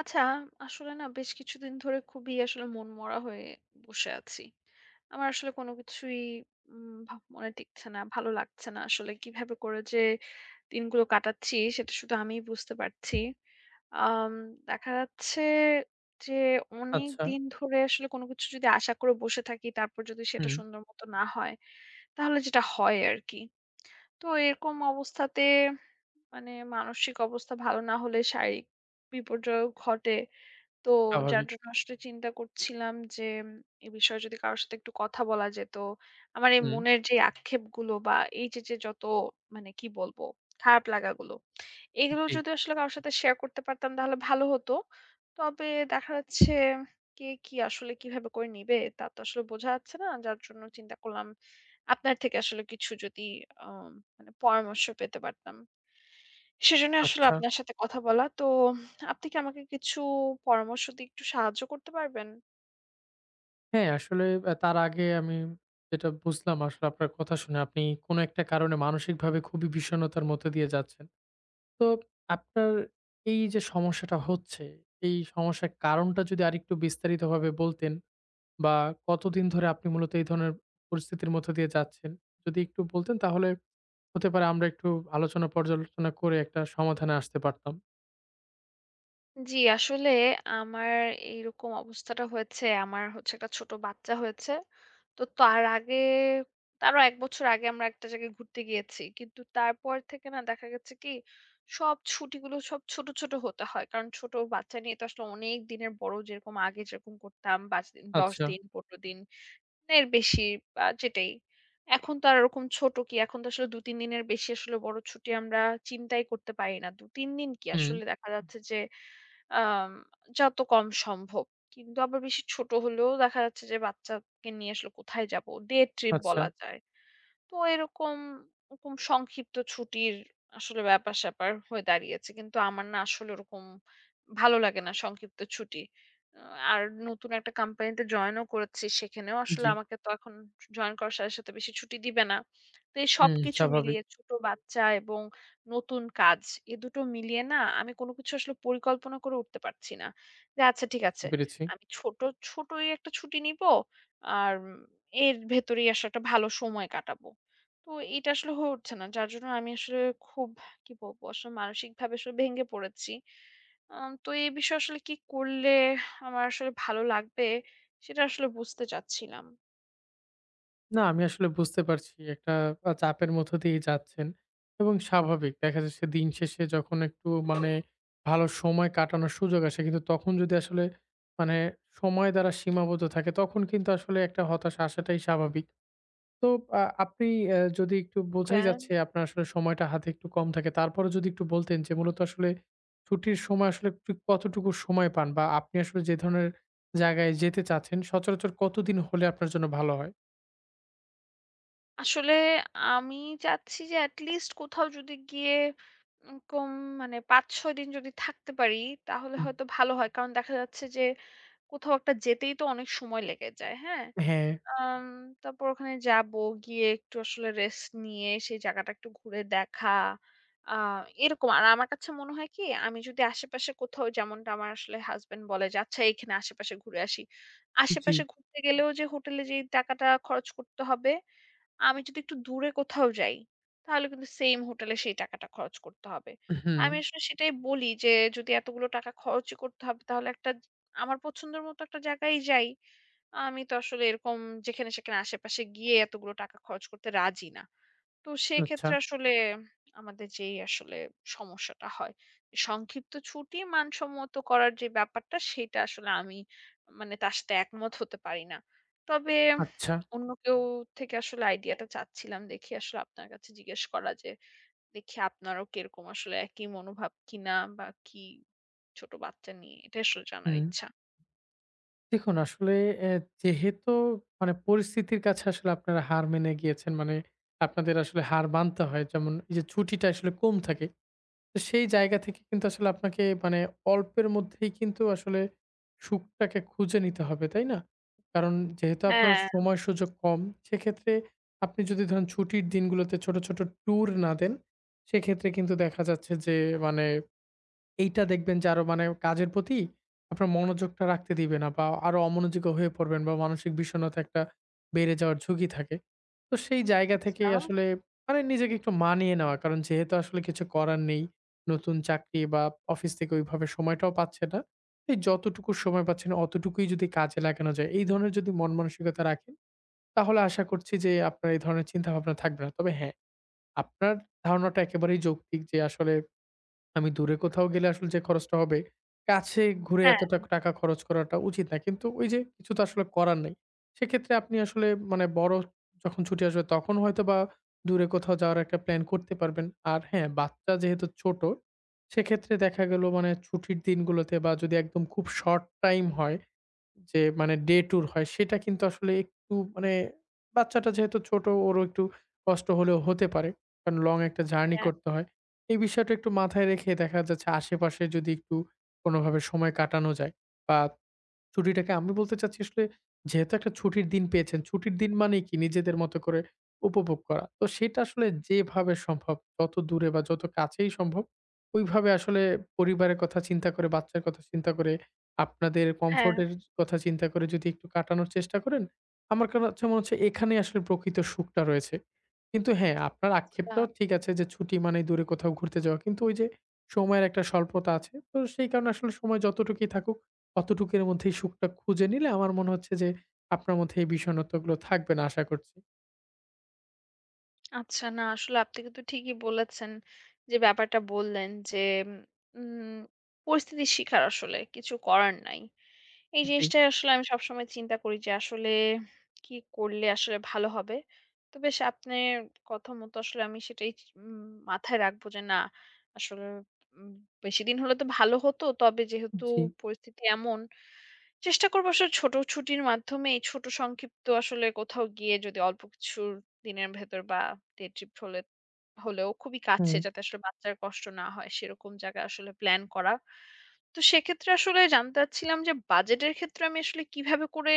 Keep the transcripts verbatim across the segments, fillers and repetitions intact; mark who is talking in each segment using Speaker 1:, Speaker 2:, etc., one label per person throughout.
Speaker 1: আচ্ছা, আসলে না বেশ কিছুদিন ধরে খুবই আসলে মনমরা হয়ে বসে আছি। আমার আসলে কোনো কিছুই উম ভা মনে টিকছে না, ভালো লাগছে না। আসলে কিভাবে করে যে দিনগুলো কাটাচ্ছি সেটা শুধু আমিই বুঝতে পারছি। আম দেখা যাচ্ছে যে অনেক
Speaker 2: আচ্ছা।
Speaker 1: দিন ধরে আসলে কোনো কিছু যদি আশা করে বসে থাকি তারপর যদি সেটা
Speaker 2: হুম,
Speaker 1: সুন্দর মতো না হয়, তাহলে যেটা হয় আরকি। তো এরকম অবস্থাতে মানে মানসিক অবস্থা ভালো না হলে শারীরিক বিপর্যয়ও ঘটে। তো যার
Speaker 2: স্বাভাবিক।
Speaker 1: জন্য আসলে চিন্তা করছিলাম যে উম, এ বিষয়ে যদি কারোর সাথে একটু কথা বলা যেত আমার এই
Speaker 2: হুম।
Speaker 1: মনের যে আক্ষেপগুলো বা এই যে যে যত মানে কি বলবো খারাপ লাগাগুলো এগুলো
Speaker 2: জি,
Speaker 1: যদি আসলে কারোর সাথে শেয়ার করতে পারতাম তাহলে ভালো হতো। তবে দেখা যাচ্ছে কে কি আসলে কিভাবে করে নিবে তা তো আসলে বোঝা যাচ্ছে না, যার জন্য চিন্তা করলাম আপনার থেকে আসলে কিছু যদি আহ মানে পরামর্শ পেতে পারতাম, সেজন্য আসলে
Speaker 2: আচ্ছা।
Speaker 1: আপনার সাথে কথা বলা। তো আপনি কি আমাকে কিছু পরামর্শ দিয়ে একটু সাহায্য করতে পারবেন?
Speaker 2: হ্যাঁ, আসলে আ তার আগে আমি যেটা বুঝলাম আসলে আপনার কথা শুনে আপনি কোনো একটা কারণে মানসিকভাবে খুবই বিষণ্ণতার মধ্য দিয়ে যাচ্ছেন। তো আপনার এই যে সমস্যাটা হচ্ছে, এই সমস্যার কারণটা যদি আরেকটু বিস্তারিতভাবে বলতেন বা কতদিন ধরে আপনি মূলত এই ধরনের পরিস্থিতির মধ্য দিয়ে যাচ্ছেন? যদি একটু বলতেন তাহলে হতে পারে আমরা একটু আলোচনা পর্যালোচনা করে একটা সমাধানে আসতে পারতাম।
Speaker 1: জি, আসলে আমার এইরকম অবস্থাটা হয়েছে। আমার হচ্ছে একটা ছোট বাচ্চা হয়েছে। তো তার আগে তারও এক বছর আগে আমরা একটা জায়গায় ঘুরতে গিয়েছি। কিন্তু তারপর থেকে না দেখা গেছে কি সব ছুটিগুলো সব ছোট, ছোট হতে হয়। কারণ ছোট বাচ্চা নিয়ে তো আসলে অনেক দিনের বড়, যেরকম আগে যেরকম করতাম পাঁচ দিন, দশ
Speaker 2: আচ্ছা।
Speaker 1: দিন, পনেরো দিন এর বেশি বা যেটাই। এখন তো আর ওরকম ছোট কি, এখন তো আসলে দুই-তিন দিনের বেশি আসলে বড় ছুটি আমরা চিন্তাই করতে পারি না। দুই-তিন দিন কি
Speaker 2: হুম,
Speaker 1: আসলে দেখা হুম। যাচ্ছে যে আম যত কম সম্ভব। কিন্তু আবার বেশি ছোট হলেও দেখা যাচ্ছে যে বাচ্চাকে নিয়ে আসলে কোথায় যাব? ডে ট্রিপ
Speaker 2: আচ্ছা।
Speaker 1: বলা যায়। তো এরকম ওরকম সংক্ষিপ্ত ছুটির আসলে ব্যাপার-স্যাপার হয়ে দাঁড়িয়েছে। কিন্তু আমার না আসলে ওরকম ভালো লাগে না সংক্ষিপ্ত ছুটি। আ আর নতুন একটা কোম্পানিতে জয়েনও করেছি। সেখানেও আসলে
Speaker 2: জি।
Speaker 1: আমাকে তো এখন জয়েন করার সাথে, সাথে বেশি ছুটি দিবে না। তো এই
Speaker 2: হুম,
Speaker 1: সবকিছু
Speaker 2: স্বাভাবিক।
Speaker 1: মিলিয়ে ছোট বাচ্চা এবং নতুন কাজ, এ দুটো মিলিয়ে না আমি কোনো কিছু আসলে পরিকল্পনা করে উঠতে পারছি না। যে আচ্ছা ঠিক
Speaker 2: বুঝতে
Speaker 1: আছে,
Speaker 2: পেরেছি।
Speaker 1: আমি ছোট, ছোটই একটা ছুটি নিবো। আর উম এর ভেতরেই আসলে একটা ভালো সময় কাটাবো। তো এটা আসলে হয়ে উঠছে না। যার জন্য আমি আসলে খুব কি বলবো? আসলে মানসিকভাবে আসলে ভেঙে পড়েছি। আম তো এই বিষয়ে আসলে কি করলে আমার আসলে ভালো লাগবে? সেটা আসলে বুঝতে চাচ্ছিলাম।
Speaker 2: না আমি আসলে বুঝতে পারছি একটা আ চাপের মধ্য দিয়েই যাচ্ছেন এবং স্বাভাবিক। দেখা যাচ্ছে দিন শেষে যখন একটু মানে ভালো সময় কাটানোর সুযোগ আসে কিন্তু তখন যদি আসলে মানে সময় দ্বারা সীমাবদ্ধ থাকে তখন কিন্তু আসলে একটা হতাশা আসাটাই স্বাভাবিক। তো আ আপনি অ্যা যদি একটু
Speaker 1: ওকে।
Speaker 2: বোঝাই যাচ্ছে আপনার আসলে সময়টা হাতে একটু কম থাকে। তারপরেও যদি একটু বলতেন যে মূলত আসলে ছুটির সময় আসলে ঠিক কতটুকু সময় পান? বা আপনি আসলে যে ধরনের জায়গায় যেতে চাচ্ছেন সচরাচর কতদিন হলে আপনার জন্য ভালো হয়?
Speaker 1: আসলে আমি চাচ্ছি যে at least কোথাও যদি গিয়ে উম কম মানে পাঁচ-ছয় দিন যদি থাকতে পারি তাহলে
Speaker 2: হুম,
Speaker 1: হয়তো ভালো হয়। কারণ দেখা যাচ্ছে যে কোথাও একটা যেতেই তো অনেক সময় লেগে যায়। হ্যাঁ?
Speaker 2: হ্যাঁ,
Speaker 1: আম তারপর ওখানে যাবো। গিয়ে একটু আসলে রেস্ট নিয়ে সেই জায়গাটা একটু ঘুরে দেখা। আ এরকম। আর আমার কাছে মনে হয় কি আমি যদি আশেপাশে কোথাও, যেমনটা আমার আসলে হাসব্যান্ড বলে যে, "আচ্ছা এখানে আশেপাশে ঘুরে আসি।"
Speaker 2: জি,
Speaker 1: আশেপাশে ঘুরতে গেলেও যে হোটেলে যেই টাকাটা খরচ করতে হবে, আমি যদি একটু দূরে কোথাও যাই, তাহলে কিন্তু সেইম হোটেলে সেই টাকাটা খরচ করতে হবে।
Speaker 2: হুম,
Speaker 1: আমি আসলে সেটাই বলি যে, "যদি এতগুলো টাকা খরচই করতে হবে তাহলে একটা আমার পছন্দের মতো একটা জায়গায় যাই।" আমি তো আসলে এরকম যেখানে সেখানে আশেপাশে গিয়ে এতগুলো টাকা খরচ করতে রাজি না। তো
Speaker 2: আচ্ছা,
Speaker 1: সেক্ষেত্রে আসলে আমাদের যেই আসলে সমস্যাটা হয়, সংক্ষিপ্ত ছুটি মানসম্মত করার যে ব্যাপারটা, সেটা আসলে আমি মানে তার সাথে একমত হতে পারি না। তবে
Speaker 2: আচ্ছা,
Speaker 1: অন্য কেউ থেকে আসলে আইডিয়াটা চাচ্ছিলাম। দেখি আসলে আপনার কাছে জিজ্ঞেস করা, যে দেখি আপনারও কিরকম আসলে একই মনোভাব কিনা বা কি, ছোট বাচ্চা নিয়ে এটা আসলে জানার
Speaker 2: হুম।
Speaker 1: ইচ্ছা।
Speaker 2: দেখুন আসলে অ্যা যেহেতু মানে পরিস্থিতির কাছে আসলে আপনারা হার মেনে গিয়েছেন। মানে আপনাদের আসলে হার মানতে হয়। যেমন এই যে ছুটিটা আসলে কম থাকে তো সেই জায়গা থেকে কিন্তু আসলে আপনাকে মানে অল্পের মধ্যেই কিন্তু আসলে সুখটাকে খুঁজে নিতে হবে, তাই না? কারণ যেহেতু আপনার
Speaker 1: হ্যাঁ,
Speaker 2: সময় সুযোগ কম, সেক্ষেত্রে আপনি যদি ধরেন ছুটির দিনগুলোতে ছোট, ছোট ট্যুর না দেন, সেক্ষেত্রে কিন্তু দেখা যাচ্ছে যে মানে এইটা দেখবেন যে আরো মানে কাজের প্রতি আপনার মনোযোগটা রাখতে দিবে না বা আরো অমনোযোগী হয়ে পড়বেন বা মানসিক বিষণ্ণতা একটা বেড়ে যাওয়ার ঝুঁকি থাকে। তো সেই জায়গা
Speaker 1: আচ্ছা।
Speaker 2: থেকেই আসলে মানে নিজেকে একটু মানিয়ে নেওয়া। কারণ যেহেতু আসলে কিছু করার নেই। নতুন চাকরি বা অফিস থেকে ওইভাবে সময়টাও পাচ্ছে না। এই যতটুকু সময় পাচ্ছেন অতটুকুই যদি কাজে লাগানো যায়, এই ধরনের যদি মন মানসিকতা রাখেন, তাহলে আশা করছি যে আপনার এই ধরনের চিন্তাভাবনা থাকবে না। তবে হ্যাঁ, আপনার ধারণাটা একেবারেই যৌক্তিক যে আসলে আমি দূরে কোথাও গেলে আসলে যে খরচটা হবে, কাছে ঘুরে
Speaker 1: হ্যাঁ,
Speaker 2: এত টাক টাকা খরচ করাটা উচিত না। কিন্তু ওই যে কিছু তো আসলে করার নেই। সেক্ষেত্রে আপনি আসলে মানে বড় যখন ছুটি আসবে তখন হয়তোবা দূরে কোথাও যাওয়ার একটা প্ল্যান করতে পারবেন। আর হ্যাঁ, বাচ্চা যেহেতু ছোট, সেক্ষেত্রে দেখা গেল মানে ছুটির দিনগুলোতে বা যদি একদম খুব শর্ট টাইম হয় যে মানে ডে ট্যুর হয় সেটা কিন্তু আসলে একটু মানে বাচ্চাটা যেহেতু ছোট ওরও একটু কষ্ট হলেও হতে পারে। কারণ লং একটা জার্নি
Speaker 1: হ্যাঁ,
Speaker 2: করতে হয়। এই বিষয়টা একটু মাথায় রেখে দেখা যাচ্ছে আশেপাশে যদি একটু কোনোভাবে সময় কাটানো যায় বা ছুটিটাকে আমি বলতে চাচ্ছি আসলে যেহেতু একটা ছুটির দিন পেয়েছেন, ছুটির দিন মানেই কি নিজেদের মতো করে উপভোগ করা। তো সেটা আসলে যেভাবে সম্ভব যত দূরে বা যত কাছেই সম্ভব ওইভাবে আসলে পরিবারের কথা চিন্তা করে, বাচ্চার কথা চিন্তা করে, আপনাদের
Speaker 1: হ্যাঁ।
Speaker 2: কমফোর্ট এর কথা চিন্তা করে যদি একটু কাটানোর চেষ্টা করেন, আমার কাছে মনে হচ্ছে এখানেই আসলে প্রকৃত সুখটা রয়েছে। কিন্তু হ্যাঁ, আপনার
Speaker 1: আ
Speaker 2: আক্ষেপটাও ঠিক আছে যে ছুটি মানেই দূরে কোথাও ঘুরতে যাওয়া। কিন্তু ওই যে সময়ের একটা স্বল্পতা আছে। তো সেই কারণে আসলে সময় যতটুকুই থাকুক কতটুকু এর মধ্যেই সুখটা খুঁজে নিলে আমার মনে হচ্ছে যে আপনার মধ্যে এই বিষণ্ণতাগুলো থাকবে না আশা করছি।
Speaker 1: আচ্ছা না আসলে আপনি কিন্তু ঠিকই বলেছেন। যে ব্যাপারটা বললেন যে উম পরিস্থিতির শিকার, আসলে কিছু করার নাই। এই
Speaker 2: জি,
Speaker 1: জিনিসটাই আসলে আমি সবসময় চিন্তা করি যে আসলে কি করলে আসলে ভালো হবে। তো বেশ, আপনার কথা মতো আসলে আমি সেটাই চি উম মাথায় রাখবো, যে না আসলে উম বেশিদিন হলে তো ভালো হতো। তবে যেহেতু
Speaker 2: জি।
Speaker 1: পরিস্থিতি এমন, চেষ্টা করব আসলে ছোট ছুটির মাধ্যমে এই ছোট সংক্ষিপ্ত, আসলে কোথাও গিয়ে যদি অল্প কিছুর দিনের ভেতর বা ডে ট্রিপ হলে হলেও খুবই কাছে,
Speaker 2: হুম,
Speaker 1: যাতে আসলে বাচ্চার কষ্ট না হয় সেরকম জায়গা আসলে প্ল্যান করা। তো সেক্ষেত্রে আসলে জানতে চাচ্ছিলাম যে বাজেটের ক্ষেত্রে আমি আসলে কিভাবে করে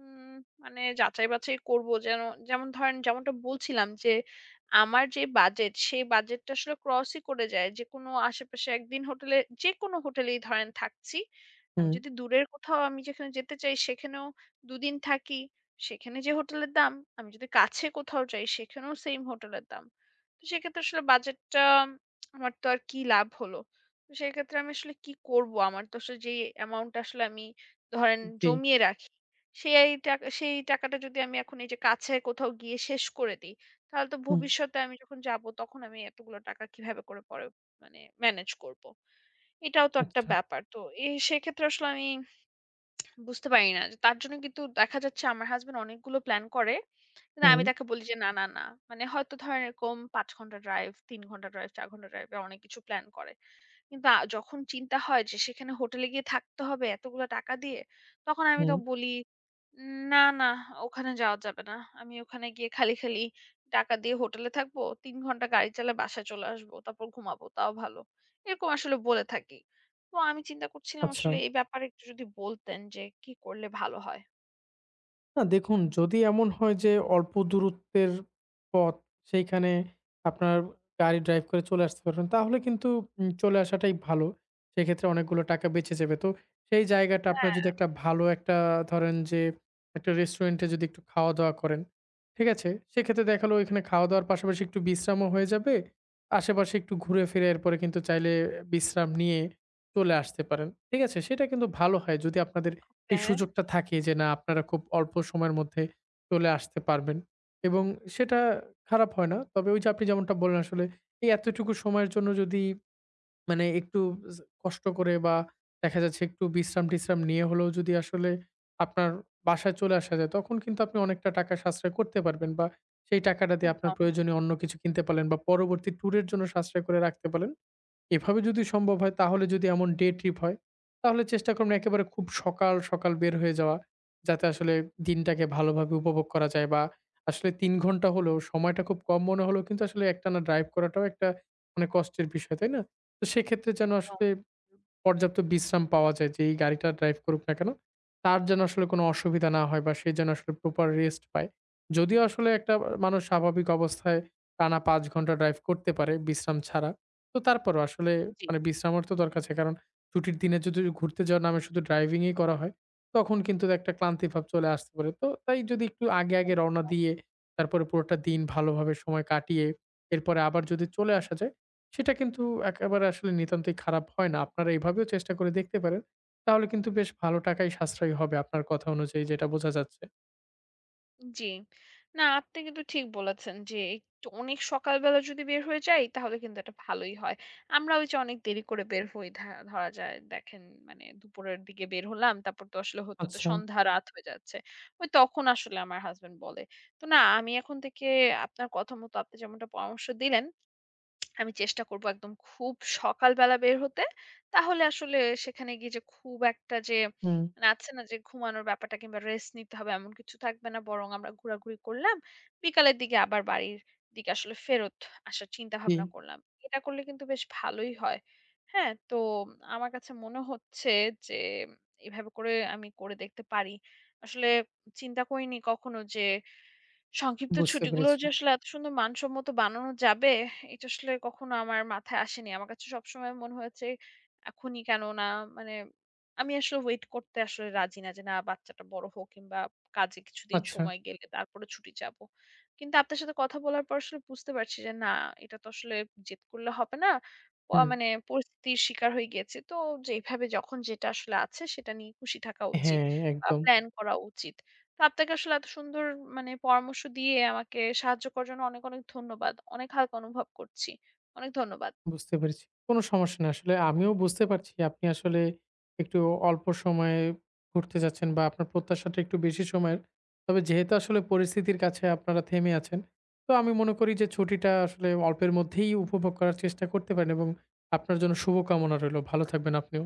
Speaker 1: উম মানে যাচাই-বাছাই করব যেন, যেমন ধরেন যেমনটা বলছিলাম যে আমার যে বাজেট সেই বাজেটটা আসলে ক্রসই করে যায়। যেকোনো আশেপাশে একদিন হোটেলে, যেকোনো হোটেলেই ধরেন থাকছি। আমি
Speaker 2: হুম,
Speaker 1: যদি দূরের কোথাও আমি যেখানে যেতে চাই সেখানেও দুই দিন থাকি। সেখানে যে হোটেলের দাম, আমি যদি কাছে কোথাও যাই সেখানেও সেইম হোটেলের দাম। তো সেক্ষেত্রে আসলে বাজেটটা আমার তো আর কি লাভ হলো? তো সেক্ষেত্রে আমি আসলে কি করব? আমার তো আসলে যেই অ্যামাউন্ট আসলে আমি ধরেন
Speaker 2: জি।
Speaker 1: জমিয়ে রাখি, সেই টাকা সেই টাকাটা যদি আমি এখন এই যে কাছে কোথাও গিয়ে শেষ করে দেই, তাহলে তো
Speaker 2: হুম।
Speaker 1: ভবিষ্যতে আমি যখন যাব তখন আমি এতগুলো টাকা কিভাবে করে পরে মানে ম্যানেজ করব? এটাও তো একটা
Speaker 2: আচ্ছা।
Speaker 1: ব্যাপার। তো এ সেক্ষেত্রে আসলে আমি বুঝতে পারি না। যে তার জন্য কিন্তু দেখা যাচ্ছে আমার হাসব্যান্ড অনেকগুলো প্ল্যান করে। না
Speaker 2: হুম,
Speaker 1: আমি তাকে বলি যে, "না, না, না।" মানে হয়তো ধরেন এরকম পাঁচ ঘন্টা ড্রাইভ, তিন ঘন্টা ড্রাইভ, চার ঘন্টা ড্রাইভ, এ অনেক কিছু প্ল্যান করে। কিন্তু আ যখন চিন্তা হয় যে সেখানে হোটেলে গিয়ে থাকতে হবে এতগুলো টাকা দিয়ে, তখন আমি তো
Speaker 2: হুম।
Speaker 1: বলি, "না, না ওখানে যাওয়া যাবে না। আমি ওখানে গিয়ে খালি, খালি টাকা দিয়ে হোটেলে থাকবো। তিন ঘন্টা গাড়ি চালায় বাসায় চলে আসবো। তারপর ঘুমাবো। তাও ভালো।" এরকম আসলে বলে থাকি। তো আমি চিন্তা করছিলাম
Speaker 2: আচ্ছা।
Speaker 1: আসলে এই ব্যাপারে একটু যদি বলতেন যে কি করলে ভালো হয়?
Speaker 2: না দেখুন, যদি এমন হয় যে অল্প দূরত্বের পথ, সেইখানে আপনার গাড়ি ড্রাইভ করে চলে আসতে পারবেন, তাহলে কিন্তু উম চলে আসাটাই ভালো। সেক্ষেত্রে অনেকগুলো টাকা বেঁচে যাবে। তো সেই জায়গাটা আপনার
Speaker 1: হ্যাঁ,
Speaker 2: যদি একটা ভালো একটা ধরেন যে একটা রেস্টুরেন্টে যদি একটু খাওয়া-দাওয়া করেন, ঠিক আছে? সেক্ষেত্রে দেখালো এখানে খাওয়া-দাওয়ার পাশাপাশি একটু বিশ্রামও হয়ে যাবে। আশেপাশে একটু ঘুরে ফিরে এরপরে কিন্তু চাইলে বিশ্রাম নিয়ে চলে আসতে পারেন। ঠিক আছে? সেটা কিন্তু ভালো হয় যদি আপনাদের এই
Speaker 1: হ্যাঁ,
Speaker 2: সুযোগটা থাকে যে না আপনারা খুব অল্প সময়ের মধ্যে চলে আসতে পারবেন এবং সেটা খারাপ হয় না। তবে ওই যে আপনি যেমনটা বললেন আসলে এই এতটুকু সময়ের জন্য যদি মানে একটু জ কষ্ট করে বা দেখা যাচ্ছে একটু বিশ্রাম-টিশ্রাম নিয়ে হলেও যদি আসলে আপনার বাসায় চলে আসা যায়, তখন কিন্তু আপনি অনেকটা টাকা সাশ্রয় করতে পারবেন বা সেই টাকাটা দিয়ে আপনার
Speaker 1: একদম,
Speaker 2: প্রয়োজনীয় অন্য কিছু কিনতে পারলেন বা পরবর্তী ট্যুরের জন্য সাশ্রয় করে রাখতে পারলেন। এভাবে যদি সম্ভব হয় তাহলে যদি এমন ডে ট্রিপ হয়, তাহলে চেষ্টা করবেন একেবারে খুব সকাল, সকাল বের হয়ে যাওয়া। যাতে আসলে দিনটাকে ভালোভাবে উপভোগ করা যায় বা আসলে তিন ঘন্টা হলেও সময়টা খুব কম মনে হলেও কিন্তু আসলে একটানা ড্রাইভ করাটাও একটা মানে কষ্টের বিষয়, তাই না? তো সেক্ষেত্রে যেন
Speaker 1: একদম।
Speaker 2: আসলে পর্যাপ্ত বিশ্রাম পাওয়া যায় যে এই গাড়িটা ড্রাইভ করুক না কেন, তার যেন আসলে কোনো অসুবিধা না হয় বা সে যেন আসলে প্রপার রেস্ট পায়। যদিও আসলে একটা মানুষ স্বাভাবিক অবস্থায় টানা পাঁচ ঘন্টা ড্রাইভ করতে পারে বিশ্রাম ছাড়া। তো তারপরও আসলে
Speaker 1: জি,
Speaker 2: মানে বিশ্রামের তো দরকার আছে। কারণ ছুটির দিনে যদি ঘুরতে যাওয়ার নামে শুধু ড্রাইভিং ই করা হয়, তখন কিন্তু একটা ক্লান্তিভাব চলে আসতে পারে। তো তাই যদি একটু আগে, আগে রওনা
Speaker 1: একদম।
Speaker 2: দিয়ে তারপরে পুরোটা দিন ভালোভাবে সময় কাটিয়ে এরপরে আবার যদি চলে আসা যায় সেটা কিন্তু একেবারে আসলে নিতান্তই খারাপ হয় না। আপনারা এভাবেও চেষ্টা করে দেখতে পারেন। তাহলে কিন্তু বেশ ভালো টাকাই সাশ্রয়ী হবে আপনার কথা অনুযায়ী যেটা বোঝা যাচ্ছে।
Speaker 1: জি। না আপনি কিন্তু ঠিক বলেছেন যে একটু অনেক সকালবেলা যদি বের হয়ে যাই তাহলে কিন্তু এটা ভালোই হয়। আমরা ওই যে অনেক দেরি করে বের হই, ধা ধরা যায় দেখেন মানে দুপুরের দিকে বের হলাম তারপর তো আসলে হতে হতে
Speaker 2: আচ্ছা।
Speaker 1: সন্ধ্যা হুম। রাত হয়ে যাচ্ছে। ওই তখন আসলে আমার হাসব্যান্ড বলে। তো না আমি এখন থেকে আপনার কথা মতো, আপনি যেমনটা পরামর্শ দিলেন, আমি চেষ্টা করব একদম খুব সকালবেলা বের হতে। তাহলে আসলে সেখানে গিয়ে যে খুব একটা যে
Speaker 2: হুম,
Speaker 1: মানে আছে না যে ঘুমানোর ব্যাপারটা কিংবা রেস্ট নিতে হবে, এমন কিছু থাকবে না। বরং আমরা ঘোরাঘুরি করলাম। বিকালের দিকে আবার বাড়ির দিকে আসলে ফেরত আসার চিন্তা
Speaker 2: জি,
Speaker 1: ভাবনা করলাম। এটা করলে কিন্তু বেশ ভালোই হয়। হ্যাঁ, তো আমার কাছে মনে হচ্ছে যে এভাবে করে আমি করে দেখতে পারি। আসলে চিন্তা করিনি কখনো যে সংক্ষিপ্ত
Speaker 2: বুঝতে
Speaker 1: ছুটিগুলো
Speaker 2: পেরেছি।
Speaker 1: যে আসলে এত সুন্দর মানসম্মত বানানো যাবে, এটা আসলে কখনো আমার মাথায় আসেনি। আমার কাছে সবসময় মনে হয়েছে, এখনই কেন না মানে, আমি আসলে ওয়েট করতে আসলে রাজি না যে, না বাচ্চাটা বড় হোক কিংবা কাজে কিছুদিন
Speaker 2: আচ্ছা,
Speaker 1: সময় গেলে তারপরে ছুটি চাবো। কিন্তু আপনার সাথে কথা বলার পর আসলে বুঝতে পারছি যে, না এটা তো আসলে জেদ করলে হবে না। প
Speaker 2: হুম,
Speaker 1: মানে পরিস্থিতির শিকার হয়ে গিয়েছি। তো যেইভাবে যখন যেটা আসলে আছে সেটা নিয়ে খুশি থাকা উচিত
Speaker 2: হ্যাঁ,
Speaker 1: বা
Speaker 2: একদম।
Speaker 1: প্ল্যান করা উচিত। তো আপনাকে আসলে এত সুন্দর মানে পরামর্শ দিয়ে আমাকে সাহায্য করার জন্য অনেক, অনেক ধন্যবাদ। অনেক হালকা অনুভব করছি। অনেক ধন্যবাদ।
Speaker 2: বুঝতে পেরেছি। কোনো সমস্যা নেই। আসলে আমিও বুঝতে পারছি আপনি আসলে একটু অল্প সময়ে ঘুরতে যাচ্ছেন বা আপনার প্রত্যাশাটা একটু বেশি সময়ের। তবে যেহেতু আসলে পরিস্থিতির কাছে আপনারা থেমে আছেন, তো আমি মনে করি যে ছুটিটা আসলে অল্পের মধ্যেই উপভোগ করার চেষ্টা করতে পারেন এবং আপনার জন্য শুভকামনা রইলো। ভালো থাকবেন আপনিও।